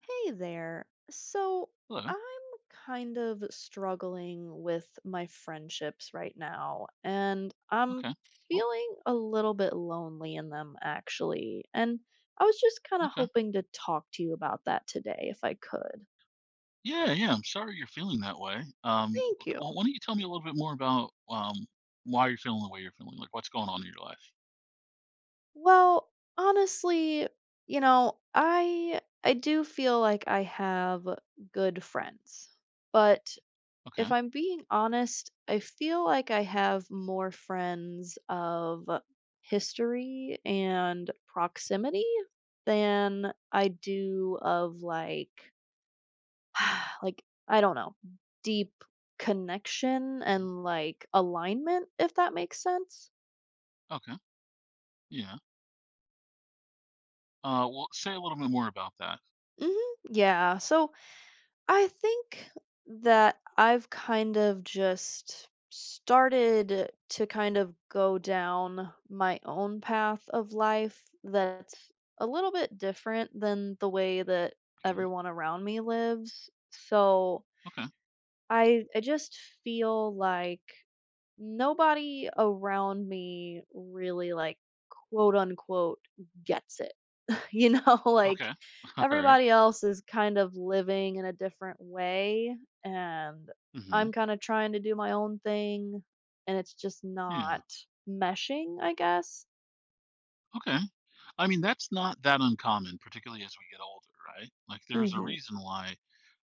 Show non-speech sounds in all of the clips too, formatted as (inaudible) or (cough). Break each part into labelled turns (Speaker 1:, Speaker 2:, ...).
Speaker 1: Hey there. So
Speaker 2: Hello.
Speaker 1: I'm kind of struggling with my friendships right now, and I'm
Speaker 2: Okay. Well,
Speaker 1: feeling a little bit lonely in them, actually. And I was just kind of
Speaker 2: okay.
Speaker 1: hoping to talk to you about that today if I could.
Speaker 2: Yeah, yeah. I'm sorry you're feeling that way. Um, w-
Speaker 1: Thank you.
Speaker 2: well, why don't you tell me a little bit more about why you're feeling the way you're feeling? Like what's going on in your life?
Speaker 1: Well, honestly, you know, I do feel like I have good friends. But
Speaker 2: Okay.
Speaker 1: if I'm being honest, I feel like I have more friends of history and proximity than I do of, like, (sighs) like, I don't know, deep connection
Speaker 2: Yeah.
Speaker 1: and like alignment, if that makes sense.
Speaker 2: Okay. Yeah. Well, say a little bit more about that.
Speaker 1: Mhm. Yeah. So I think that I've kind of just started to kind of go down my own path of life that's a little bit different than the way that
Speaker 2: Okay.
Speaker 1: everyone around me lives. So
Speaker 2: Okay.
Speaker 1: I just feel like nobody around me really, like, quote unquote gets it. (laughs) You know, like,
Speaker 2: Okay. (laughs) All right.
Speaker 1: everybody else is kind of living in a different way, and
Speaker 2: Mm-hmm.
Speaker 1: I'm kind of trying to do my own thing, and it's just
Speaker 2: Yeah.
Speaker 1: not meshing, I guess.
Speaker 2: Okay. I mean, that's not that uncommon, particularly as we get older, right? Like, there's a
Speaker 1: Hmm.
Speaker 2: reason why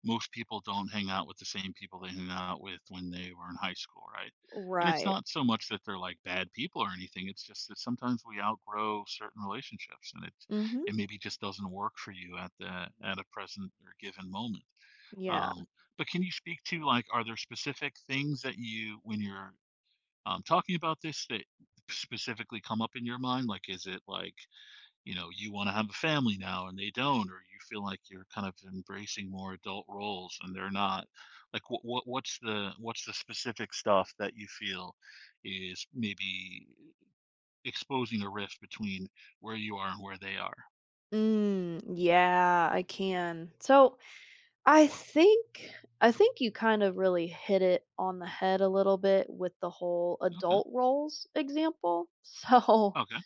Speaker 2: most people don't hang out with the same people they hung out with when they were in high school, right? And it's
Speaker 1: Right.
Speaker 2: not so much that they're like bad people or anything. It's just that sometimes we outgrow certain relationships, and it
Speaker 1: Mhm.
Speaker 2: it maybe just doesn't work for you at the at a present or given moment.
Speaker 1: Yeah.
Speaker 2: Um, but can you speak to like, are there specific things that you when you're talking about this that specifically come up in your mind? Like, is it like you want to have a family now and they don't, or you feel like you're kind of embracing more adult roles and they're not. Like what's the specific stuff that you feel is maybe exposing a rift between where you are and where they are?
Speaker 1: Mm, yeah, I can. So I think I think you kind of really hit it on the head a little bit with the whole
Speaker 2: Okay.
Speaker 1: adult roles example. (laughs) So
Speaker 2: Okay.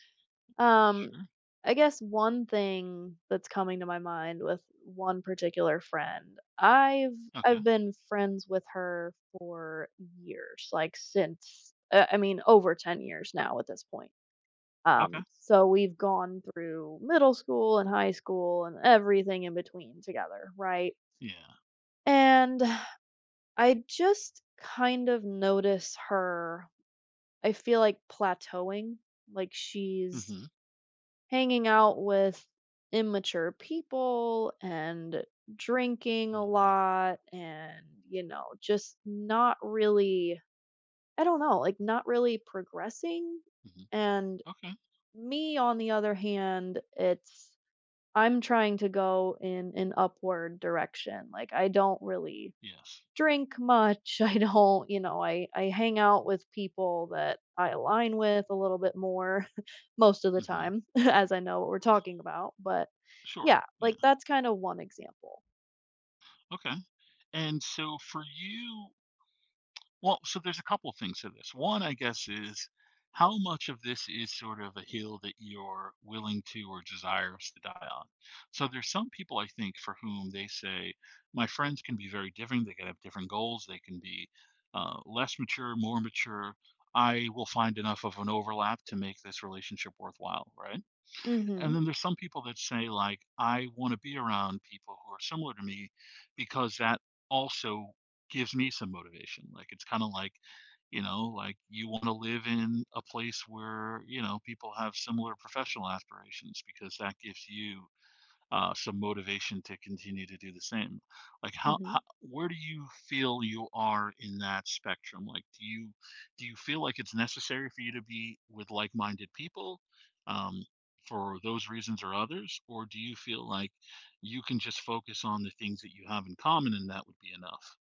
Speaker 1: Um,
Speaker 2: Sure.
Speaker 1: I guess one thing that's coming to my mind with one particular friend. I've
Speaker 2: Okay.
Speaker 1: I've been friends with her for years, like since I mean, over 10 years now at this point.
Speaker 2: Okay.
Speaker 1: So we've gone through middle school and high school and everything in between together, right?
Speaker 2: Yeah.
Speaker 1: And (sighs) I just kind of notice her, I feel like plateauing, like she's
Speaker 2: Mhm.
Speaker 1: hanging out with immature people and drinking a
Speaker 2: Mhm.
Speaker 1: lot, and, you know, just not really, I don't know, like not really progressing.
Speaker 2: Mhm.
Speaker 1: And
Speaker 2: Okay.
Speaker 1: me, on the other hand, it's I'm trying to go in an upward direction. Like, I don't really
Speaker 2: Yes.
Speaker 1: drink much. (laughs) I don't, you know, I hang out with people that I align with a little bit more (laughs) most of the
Speaker 2: Mhm.
Speaker 1: time, (laughs) as I know what we're talking about, but
Speaker 2: Sure.
Speaker 1: yeah,
Speaker 2: Yeah.
Speaker 1: like that's kind of one example.
Speaker 2: Okay. And so for you Well, so there's a couple of things to this. One, I guess, is how much of this is sort of a hill that you're willing to or desirous to die on. So there's some people I think for whom they say, my friends can be very different. They can have different goals. They can be less mature, more mature. I will find enough of an overlap to make this relationship worthwhile, right? And
Speaker 1: Mhm.
Speaker 2: then there's some people that say, like, I want to be around people who are similar to me because that also gives me some motivation. Like, it's kind of like, like you want to live in a place where, people have similar professional aspirations because that gives you some motivation to continue to do the same. Like
Speaker 1: Mhm.
Speaker 2: how where do you feel you are in that spectrum? Like do you feel like it's necessary for you to be with like-minded people um, for those reasons or others, or do you feel like you can just focus on the things that you have in common and that would be enough?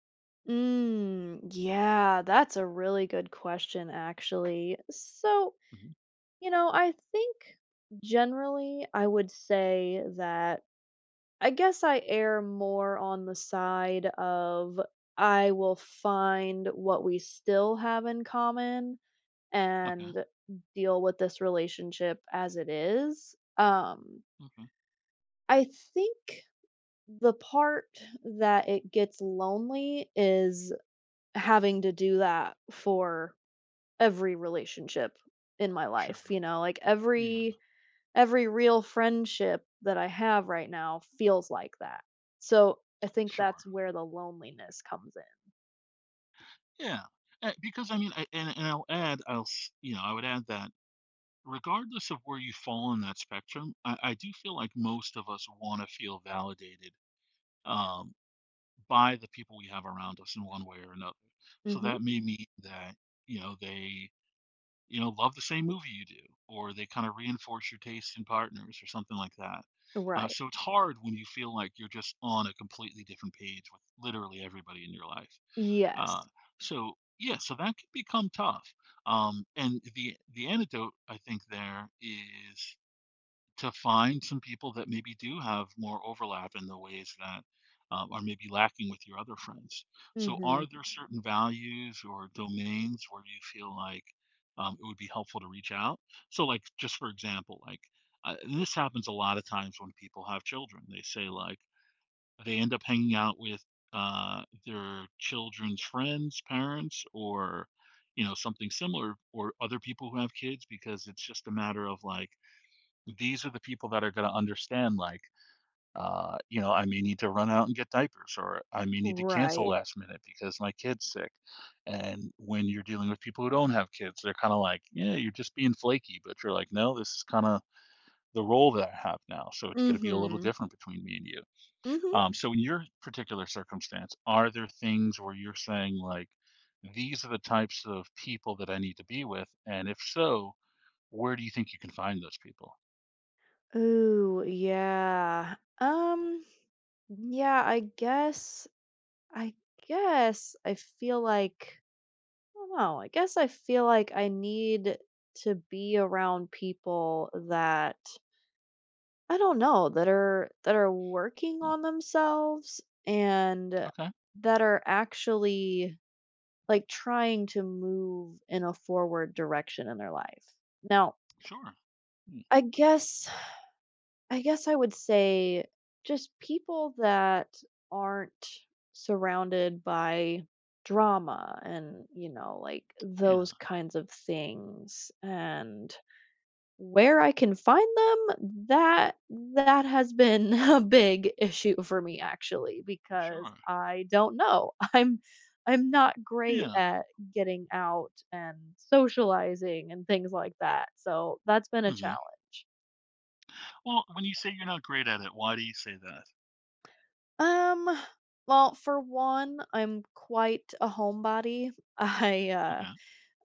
Speaker 1: Mm, yeah, that's a really good question, actually. So,
Speaker 2: Mhm.
Speaker 1: you know, I think generally I would say that I guess I err more on the side of I will find what we still have in common
Speaker 2: Okay.
Speaker 1: and deal with this relationship as it is.
Speaker 2: Okay.
Speaker 1: I think the part that it gets lonely is having to do that for every relationship in my life,
Speaker 2: Sure.
Speaker 1: you know, like
Speaker 2: Yeah.
Speaker 1: every real friendship that I have right now feels like that. So I think that's
Speaker 2: Sure.
Speaker 1: where the loneliness comes in.
Speaker 2: Yeah. Because I mean, I'll s- you know, I would add that regardless of where you fall on that spectrum, I do feel like most of us want to feel validated um, by the people we have around us in one way or another. So
Speaker 1: Mhm.
Speaker 2: that may mean that they love the same movie you do, or they kind of reinforce your taste in partners or something like that. Uh,
Speaker 1: Right.
Speaker 2: so it's hard when you feel like you're just on a completely different page with literally everybody in your life. Uh,
Speaker 1: Yes.
Speaker 2: so yeah, so that can become tough. And the antidote I think there is to find some people that maybe do have more overlap in the ways that are maybe lacking with your other friends. So,
Speaker 1: Mhm.
Speaker 2: are there certain values or domains where you feel like it would be helpful to reach out? So, like, just for example, like, and this happens a lot of times when people have children. They say, like, they end up hanging out with their children's friends, parents, or, something similar, or other people who have kids because it's just a matter of like, these are the people that are going to understand like I may need to run out and get diapers or I may need to cancel
Speaker 1: Right.
Speaker 2: last minute because my kid's sick. And when you're dealing with people who don't have kids, they're kind of like, yeah, you're just being flaky, but you're like, no, this is kind of the role that I have now, so it's going to be a little
Speaker 1: Mhm.
Speaker 2: different between me and you.
Speaker 1: Mhm.
Speaker 2: So in your particular circumstance, are there things where you're saying like, these are the types of people that I need to be with, and if so, where do you think you can find those people?
Speaker 1: Ooh, yeah. Yeah, I guess I guess I feel like I don't know. I guess I feel like I need to be around people that, I don't know, that are working
Speaker 2: Mm,
Speaker 1: on themselves and
Speaker 2: okay,
Speaker 1: that are actually, like, trying to move in a forward direction in their life. Now,
Speaker 2: sure. Mm,
Speaker 1: I guess I guess I would say just people that aren't surrounded by drama and, you know, like
Speaker 2: yeah,
Speaker 1: those kinds of things. And where I can find them, that that has been (laughs) a big issue for me, actually, because
Speaker 2: sure.
Speaker 1: I don't know. (laughs) I'm not great
Speaker 2: Yeah.
Speaker 1: at getting out and socializing and things like that. So that's been a
Speaker 2: Hmm.
Speaker 1: challenge.
Speaker 2: Well, when you say you're not great at it, why do you say that?
Speaker 1: Um, well, for one, I'm quite a homebody. (laughs) I uh
Speaker 2: Okay.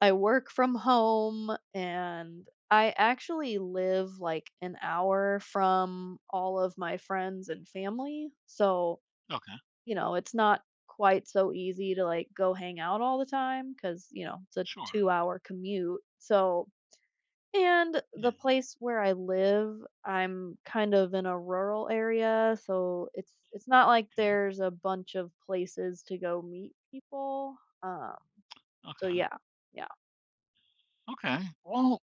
Speaker 1: I work from home, and I actually live like an hour from all of my friends and family. So,
Speaker 2: Okay.
Speaker 1: you know, it's not quite so easy to, like, go hang out all the time, cuz, you know, it's a
Speaker 2: Sure.
Speaker 1: 2-hour commute. So, and
Speaker 2: Yeah.
Speaker 1: the place where I live, I'm kind of in a rural area, so it's not like
Speaker 2: Okay.
Speaker 1: there's a bunch of places to go meet people. Um, so
Speaker 2: Okay.
Speaker 1: yeah, yeah.
Speaker 2: Okay. Well,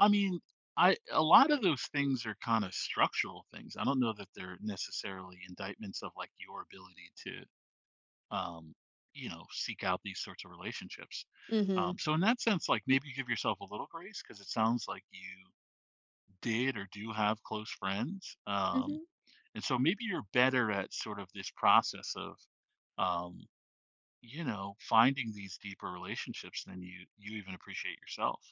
Speaker 2: I mean, I a lot of those things are kind of structural things. I don't know that they're necessarily indictments of like your ability to, um, seek out these sorts of relationships. Um,
Speaker 1: Mhm.
Speaker 2: so in that sense, like maybe give yourself a little grace because it sounds like you did or do have close friends.
Speaker 1: Mhm.
Speaker 2: And so maybe you're better at sort of this process of, um, finding these deeper relationships than you even appreciate yourself.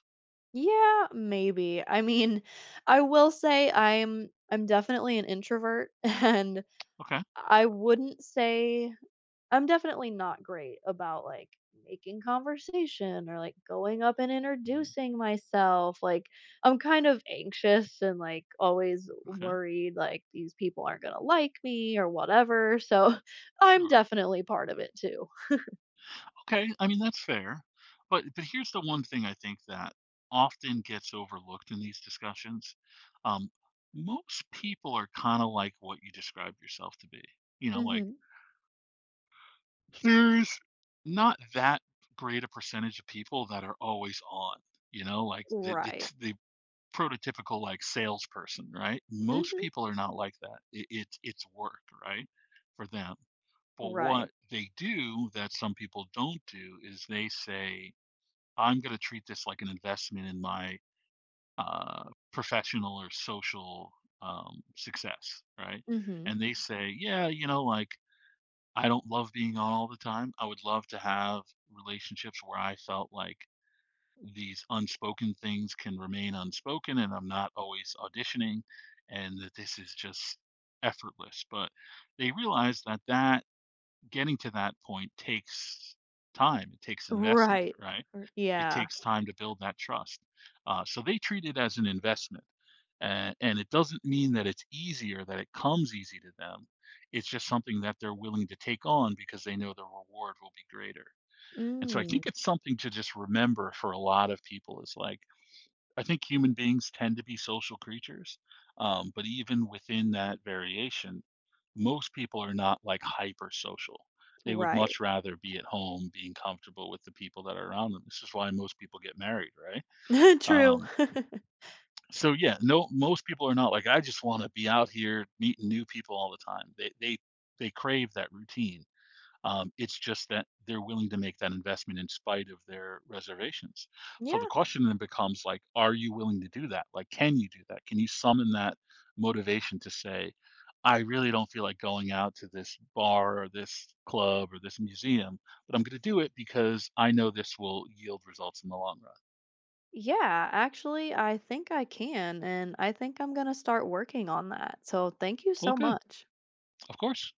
Speaker 1: Yeah, maybe. I mean, I will say I'm definitely an introvert, (laughs) and
Speaker 2: Okay.
Speaker 1: I wouldn't say I'm definitely not great about like making conversation or like going up and
Speaker 2: Mhm.
Speaker 1: introducing myself. Like, I'm kind of anxious and, like, always
Speaker 2: Okay.
Speaker 1: worried like these people aren't going to like me or whatever. So (laughs) I'm
Speaker 2: Sure.
Speaker 1: definitely part of it too.
Speaker 2: Okay. I mean that's fair, but here's the one thing I think that often gets overlooked in these discussions. Um, most people are kind of like what you describe yourself to be. You know, like
Speaker 1: Mhm.
Speaker 2: there's not that great a percentage of people that are always on. You know, like the,
Speaker 1: Right.
Speaker 2: the prototypical like salesperson, right? Most
Speaker 1: Mhm.
Speaker 2: people are not like that. It's work, right, for them. But
Speaker 1: Right.
Speaker 2: what they do that some people don't do is they say, "I'm going to treat this like an investment in my uh, professional or social success," right?
Speaker 1: Mhm.
Speaker 2: And they say, "Yeah, you know, like." I don't love being on all the time. I would love to have relationships where I felt like these unspoken things can remain unspoken and I'm not always auditioning and that this is just effortless. But they realize that that getting to that point takes time. It takes investment,
Speaker 1: Right.
Speaker 2: right?
Speaker 1: Or
Speaker 2: It
Speaker 1: yeah.
Speaker 2: takes time to build that trust. So they treat it as an investment. And it doesn't mean that it's easier, that it comes easy to them. It's just something that they're willing to take on because they know the reward will be greater. And so I
Speaker 1: Mm.
Speaker 2: think it's something to just remember for a lot of people is like, I think human beings tend to be social creatures. But even within that variation, most people are not like hyper social. They would
Speaker 1: Right.
Speaker 2: much rather be at home being comfortable with the people that are around them. This is why most people get married, right?
Speaker 1: (laughs) True.
Speaker 2: Um, so yeah, no, most people are not like, I just want to be out here meeting new people all the time. They crave that routine. It's just that they're willing to make that investment in spite of their reservations. So the
Speaker 1: Yeah.
Speaker 2: question then becomes like, are you willing to do that? Like, can you do that? Can you summon that motivation to say, I really don't feel like going out to this bar or this club or this museum, but I'm going to do it because I know this will yield results in the long run.
Speaker 1: Yeah, actually, I think I can, and I think I'm gonna start working on that. So, thank you
Speaker 2: Well,
Speaker 1: so
Speaker 2: good,
Speaker 1: much.
Speaker 2: of course.